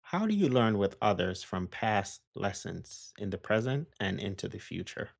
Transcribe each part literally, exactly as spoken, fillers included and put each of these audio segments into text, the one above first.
How do you learn with others from past lessons in the present and into the future?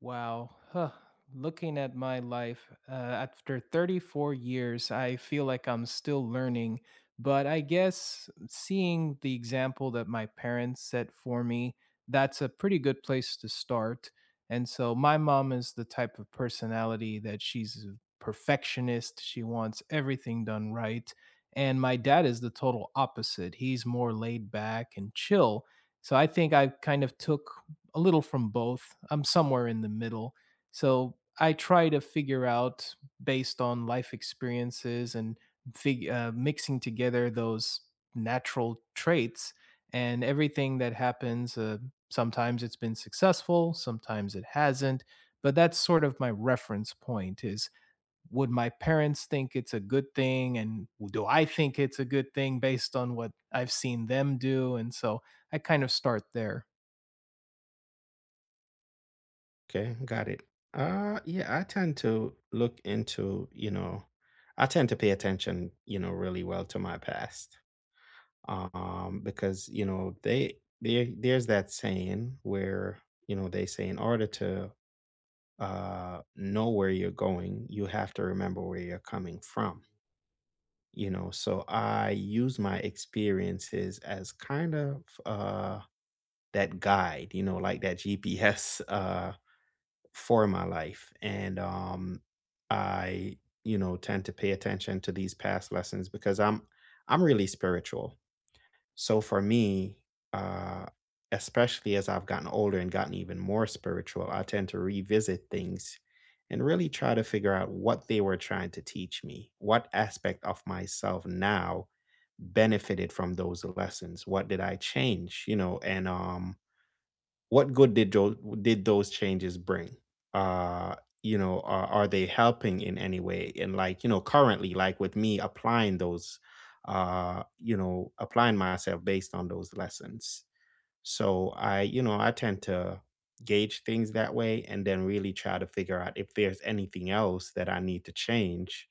Wow. Huh. Looking at my life, uh, after thirty-four years, I feel like I'm still learning. But I guess seeing the example that my parents set for me, that's a pretty good place to start. And so my mom is the type of personality that she's a perfectionist. She wants everything done right. And my dad is the total opposite. He's more laid back and chill. So I think I kind of took a little from both. I'm somewhere in the middle. So I try to figure out based on life experiences and fig- uh, mixing together those natural traits and everything that happens. Uh, sometimes it's been successful, sometimes it hasn't. But that's sort of my reference point is, would my parents think it's a good thing? And do I think it's a good thing based on what I've seen them do? And so I kind of start there. Okay, got it. Uh yeah, I tend to look into, you know, I tend to pay attention, you know, really well to my past. Um because, you know, they there there's that saying where, you know, they say in order to uh know where you're going, you have to remember where you're coming from. You know, so I use my experiences as kind of uh that guide, you know, like that G P S, uh, for my life. And, um, I, you know, tend to pay attention to these past lessons because I'm, I'm really spiritual. So for me, uh, especially as I've gotten older and gotten even more spiritual, I tend to revisit things and really try to figure out what they were trying to teach me. What aspect of myself now benefited from those lessons? What did I change? You know, and, um, what good did those did those changes bring? Uh, you know, are, are they helping in any way? And, like, you know, currently, like with me applying those, uh, you know, applying myself based on those lessons. So I, you know, I tend to gauge things that way and then really try to figure out if there's anything else that I need to change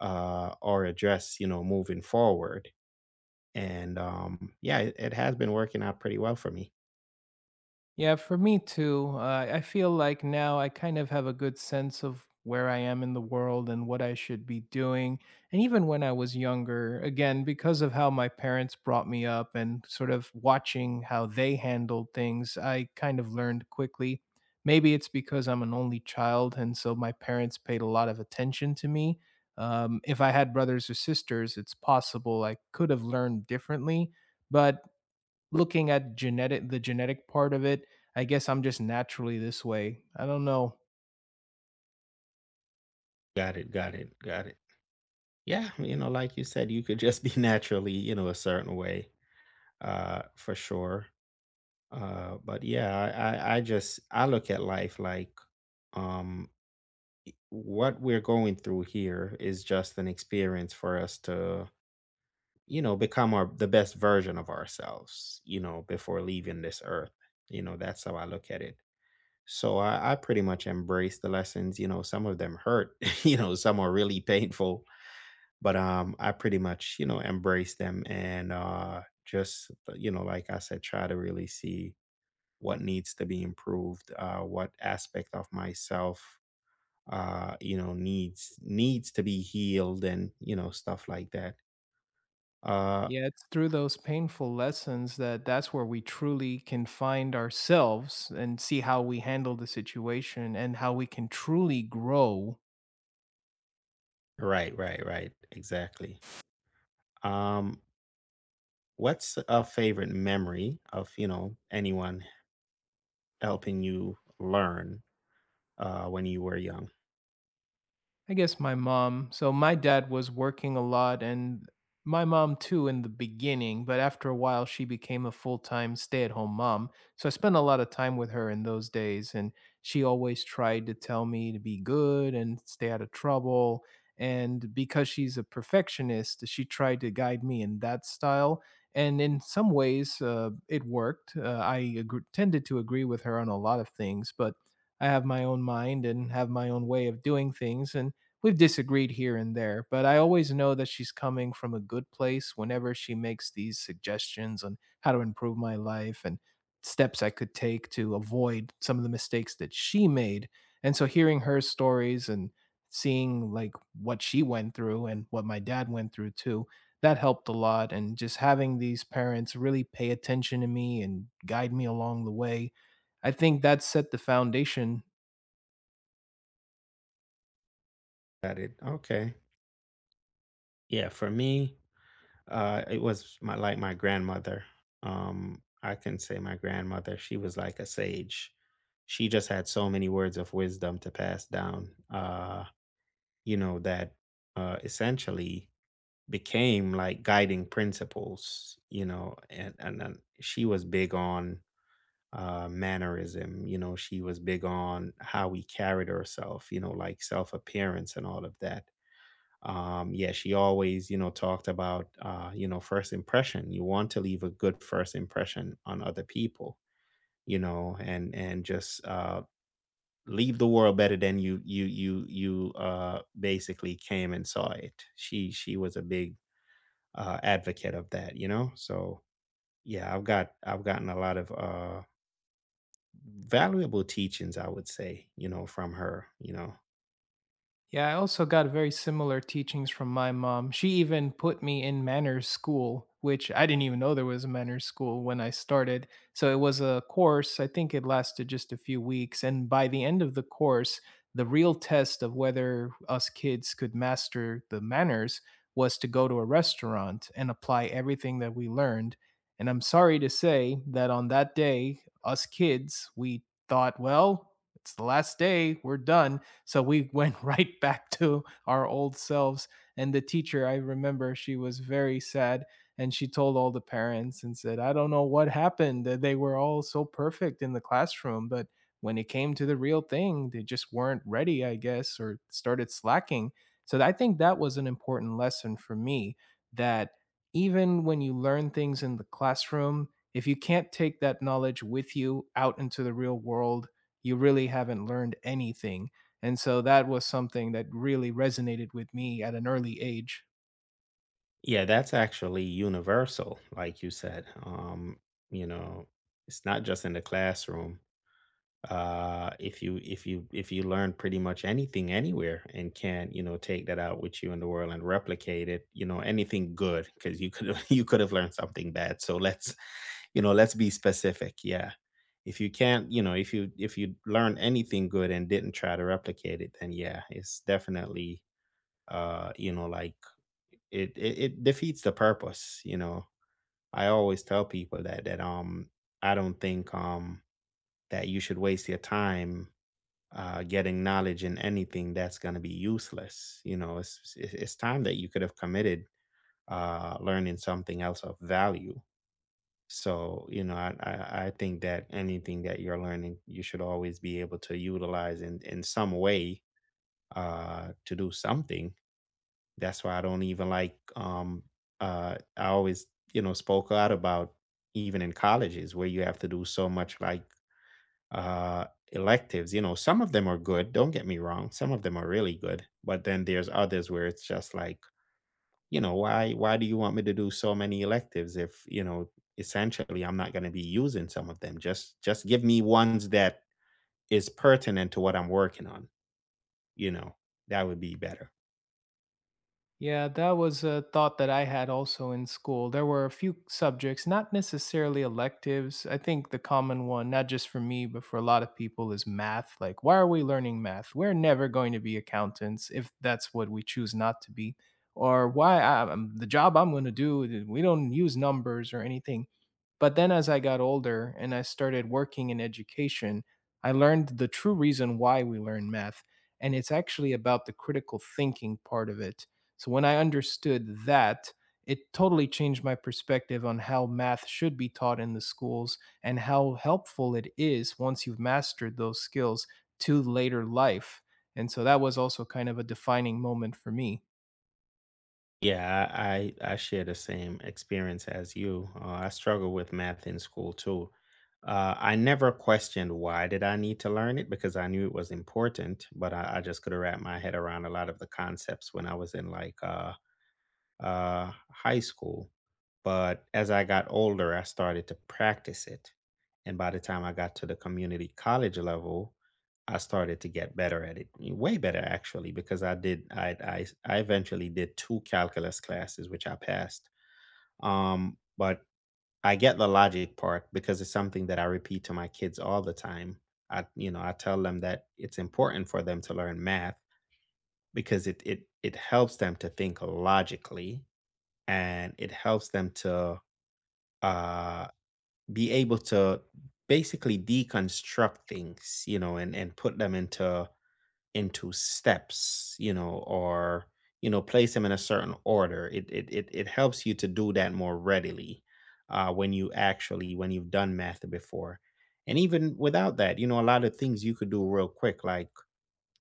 uh, or address, you know, moving forward. And um, yeah, it, it has been working out pretty well for me. Yeah, for me too. Uh, I feel like now I kind of have a good sense of where I am in the world and what I should be doing. And even when I was younger, again, because of how my parents brought me up and sort of watching how they handled things, I kind of learned quickly. Maybe it's because I'm an only child, and so my parents paid a lot of attention to me. Um, if I had brothers or sisters, it's possible I could have learned differently, but looking at genetic the genetic part of it, I guess I'm just naturally this way. I don't know. Got it. Got it. Got it. Yeah, you know, like you said, you could just be naturally, you know, a certain way, uh, for sure. Uh, but yeah, I, I, I just I look at life like, um, what we're going through here is just an experience for us to, you know, become our the best version of ourselves, you know, before leaving this earth. You know, that's how I look at it. So I, I pretty much embrace the lessons. You know, some of them hurt. You know, some are really painful, but um i pretty much, you know, embrace them and uh just uh, you know, like I said, try to really see what needs to be improved, uh what aspect of myself uh you know needs needs to be healed, and, you know, stuff like that. uh Yeah, it's through those painful lessons that that's where we truly can find ourselves and see how we handle the situation and how we can truly grow. right, right, right, exactly. um what's a favorite memory of, you know, anyone helping you learn uh when you were young? I guess my mom. So my dad was working a lot, and my mom too in the beginning, but after a while she became a full-time stay-at-home mom. So I spent a lot of time with her in those days, and she always tried to tell me to be good and stay out of trouble. And because she's a perfectionist, she tried to guide me in that style. And in some ways, uh, it worked. Uh, I agr tended to agree with her on a lot of things, but I have my own mind and have my own way of doing things. And we've disagreed here and there, but I always know that she's coming from a good place whenever she makes these suggestions on how to improve my life and steps I could take to avoid some of the mistakes that she made. And so hearing her stories and seeing like what she went through and what my dad went through too, that helped a lot, and just having these parents really pay attention to me and guide me along the way. I think that set the foundation. Got it. Okay. Yeah, for me, Uh, it was my like my grandmother. Um, I can say my grandmother. She was like a sage. She just had so many words of wisdom to pass down. Uh, you know that uh, essentially became like guiding principles. You know, and and then she was big on uh, mannerism. You know, she was big on how we carried ourselves. You know, like self appearance and all of that. Um yeah, she always, you know, talked about, uh you know, first impression. You want to leave a good first impression on other people, you know. and and just uh leave the world better than you you you you uh basically came and saw it. She she was a big uh advocate of that, you know. So yeah, i've got i've gotten a lot of uh valuable teachings, I would say, you know, from her, you know. Yeah, I also got very similar teachings from my mom. She even put me in manners school, which I didn't even know there was a manners school when I started. So it was a course, I think it lasted just a few weeks. And by the end of the course, the real test of whether us kids could master the manners was to go to a restaurant and apply everything that we learned. And I'm sorry to say that on that day, us kids, we thought, well, it's the last day, we're done, so we went right back to our old selves. And the teacher, I remember, she was very sad, and she told all the parents and said, "I don't know what happened. They were all so perfect in the classroom, but when it came to the real thing, they just weren't ready, I guess, or started slacking." So I think that was an important lesson for me, that even when you learn things in the classroom, if you can't take that knowledge with you out into the real world, you really haven't learned anything. And so that was something that really resonated with me at an early age. Yeah, that's actually universal, like you said. Um, you know, it's not just in the classroom. Uh, if you if you if you learn pretty much anything anywhere and can, you know, take that out with you in the world and replicate it, you know, anything good, because you could you could have learned something bad. So let's, you know, let's be specific. Yeah. If you can't, you know, if you if you learn anything good and didn't try to replicate it, then yeah, it's definitely uh you know, like it, it it defeats the purpose, you know. I always tell people that that um I don't think um that you should waste your time uh getting knowledge in anything that's going to be useless. You know, it's it's it's time that you could have committed uh learning something else of value. So, you know, i i, I think that anything that you're learning, you should always be able to utilize in in some way uh to do something. That's why I don't even like um uh I always, you know, spoke out about, even in colleges where you have to do so much, like uh electives. You know, some of them are good, don't get me wrong. Some of them are really good, but then there's others where it's just like, you know, why why do you want me to do so many electives if, you know, essentially I'm not going to be using some of them. Just just give me ones that is pertinent to what I'm working on, you know. That would be better. Yeah, that was a thought that I had also in school. There were a few subjects, not necessarily electives. I think the common one, not just for me, but for a lot of people, is math. Like, why are we learning math? We're never going to be accountants if that's what we choose not to be. Or why I, am the job I'm going to do, we don't use numbers or anything. But then as I got older and I started working in education, I learned the true reason why we learn math. And it's actually about the critical thinking part of it. So when I understood that, it totally changed my perspective on how math should be taught in the schools and how helpful it is once you've mastered those skills to later life. And so that was also kind of a defining moment for me. Yeah, I I share the same experience as you. Uh, I struggle with math in school too. Uh, I never questioned why did I need to learn it because I knew it was important, but I, I just could not wrap my head around a lot of the concepts when I was in like uh, uh, high school. But as I got older, I started to practice it. And by the time I got to the community college level, I started to get better at it, y- way better actually, because I did. I I, s- I eventually did two calculus classes, which I passed. Um, but I get the logic part because it's something that I repeat to my kids all the time. I, you know, I tell them that it's important for them to learn math because it it it helps them to think logically, and it helps them to uh, be able to basically deconstruct things, you know, and and put them into into steps, you know, or, you know, place them in a certain order. It it it, it helps you to do that more readily uh, when you actually, when you've done math before. And even without that, you know, a lot of things you could do real quick. Like,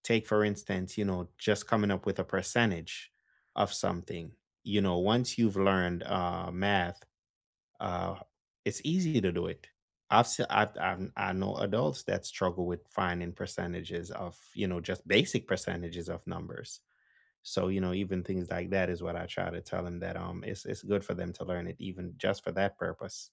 take for instance, you know, just coming up with a percentage of something. You know, once you've learned uh, math, uh, it's easy to do it. I've, se- I've, I've I know adults that struggle with finding percentages of, you know, just basic percentages of numbers. So, you know, even things like that is what I try to tell them, that um it's it's good for them to learn it, even just for that purpose.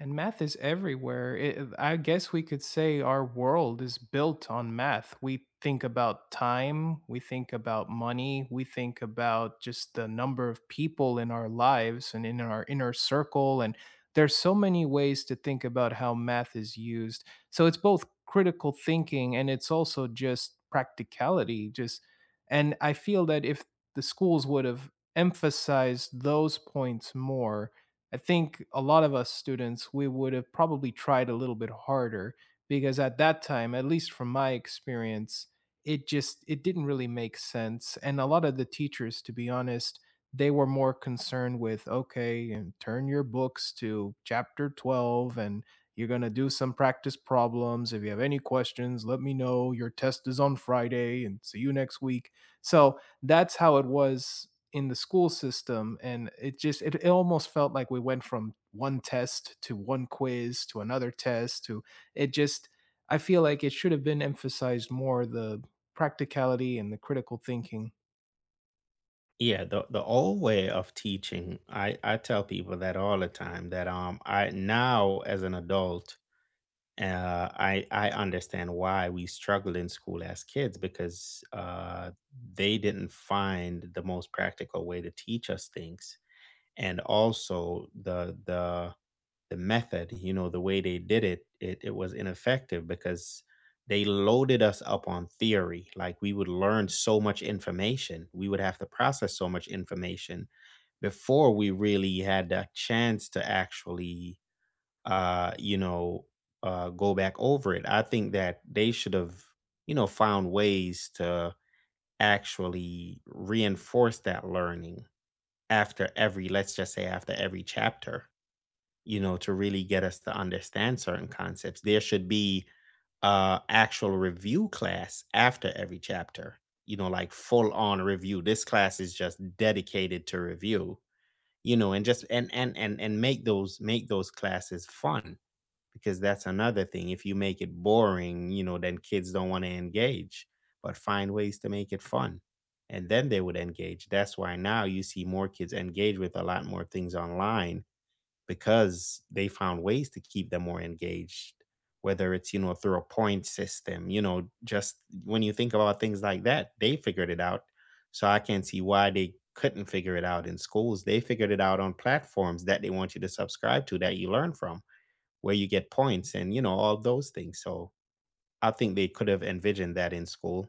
And math is everywhere. It, I guess we could say our world is built on math. We think about time, we think about money, we think about just the number of people in our lives and in our inner circle. And there's so many ways to think about how math is used. So it's both critical thinking and it's also just practicality. Just and I feel that if the schools would have emphasized those points more, I think a lot of us students, we would have probably tried a little bit harder, because at that time, at least from my experience, it just it didn't really make sense. And a lot of the teachers, to be honest, they were more concerned with, okay, and turn your books to chapter twelve, and you're going to do some practice problems. If you have any questions, let me know. Your test is on Friday and see you next week. So, that's how it was in the school system, and it just it, it almost felt like we went from one test to one quiz to another test to it just I feel like it should have been emphasized more, the practicality and the critical thinking. Yeah, the the old way of teaching, I I tell people that all the time that um I, now as an adult, Uh, I I understand why we struggled in school as kids, because uh, they didn't find the most practical way to teach us things, and also the the the method, you know, the way they did it, it it was ineffective because they loaded us up on theory. Like, we would learn so much information, we would have to process so much information before we really had a chance to actually uh, you know, uh, go back over it. I think that they should have, you know, found ways to actually reinforce that learning after every, let's just say, after every chapter, you know, to really get us to understand certain concepts. There should be uh actual review class after every chapter, you know, like full on review, this class is just dedicated to review, you know. And just and and and and make those, make those classes fun, because that's another thing. If you make it boring, you know, then kids don't want to engage, but find ways to make it fun. And then they would engage. That's why now you see more kids engage with a lot more things online, because they found ways to keep them more engaged, whether it's, you know, through a point system, you know. Just, when you think about things like that, they figured it out. So I can't see why they couldn't figure it out in schools. They figured it out on platforms that they want you to subscribe to, that you learn from, where you get points and, you know, all those things. So I think they could have envisioned that in school.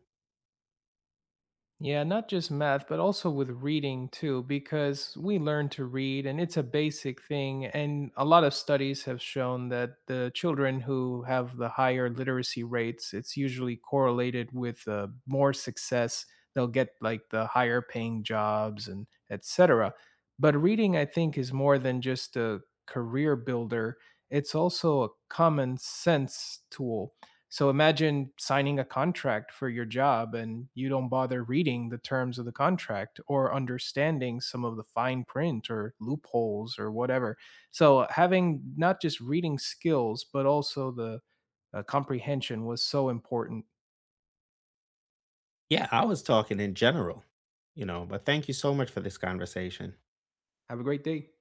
Yeah, not just math, but also with reading too, because we learn to read and it's a basic thing. And a lot of studies have shown that the children who have the higher literacy rates, it's usually correlated with uh, more success. They'll get like the higher paying jobs and et cetera. But reading, I think, is more than just a career builder, it's also a common sense tool. So imagine signing a contract for your job and you don't bother reading the terms of the contract or understanding some of the fine print or loopholes or whatever. So having not just reading skills, but also the uh, comprehension was so important. Yeah, I was talking in general, you know, but thank you so much for this conversation. Have a great day.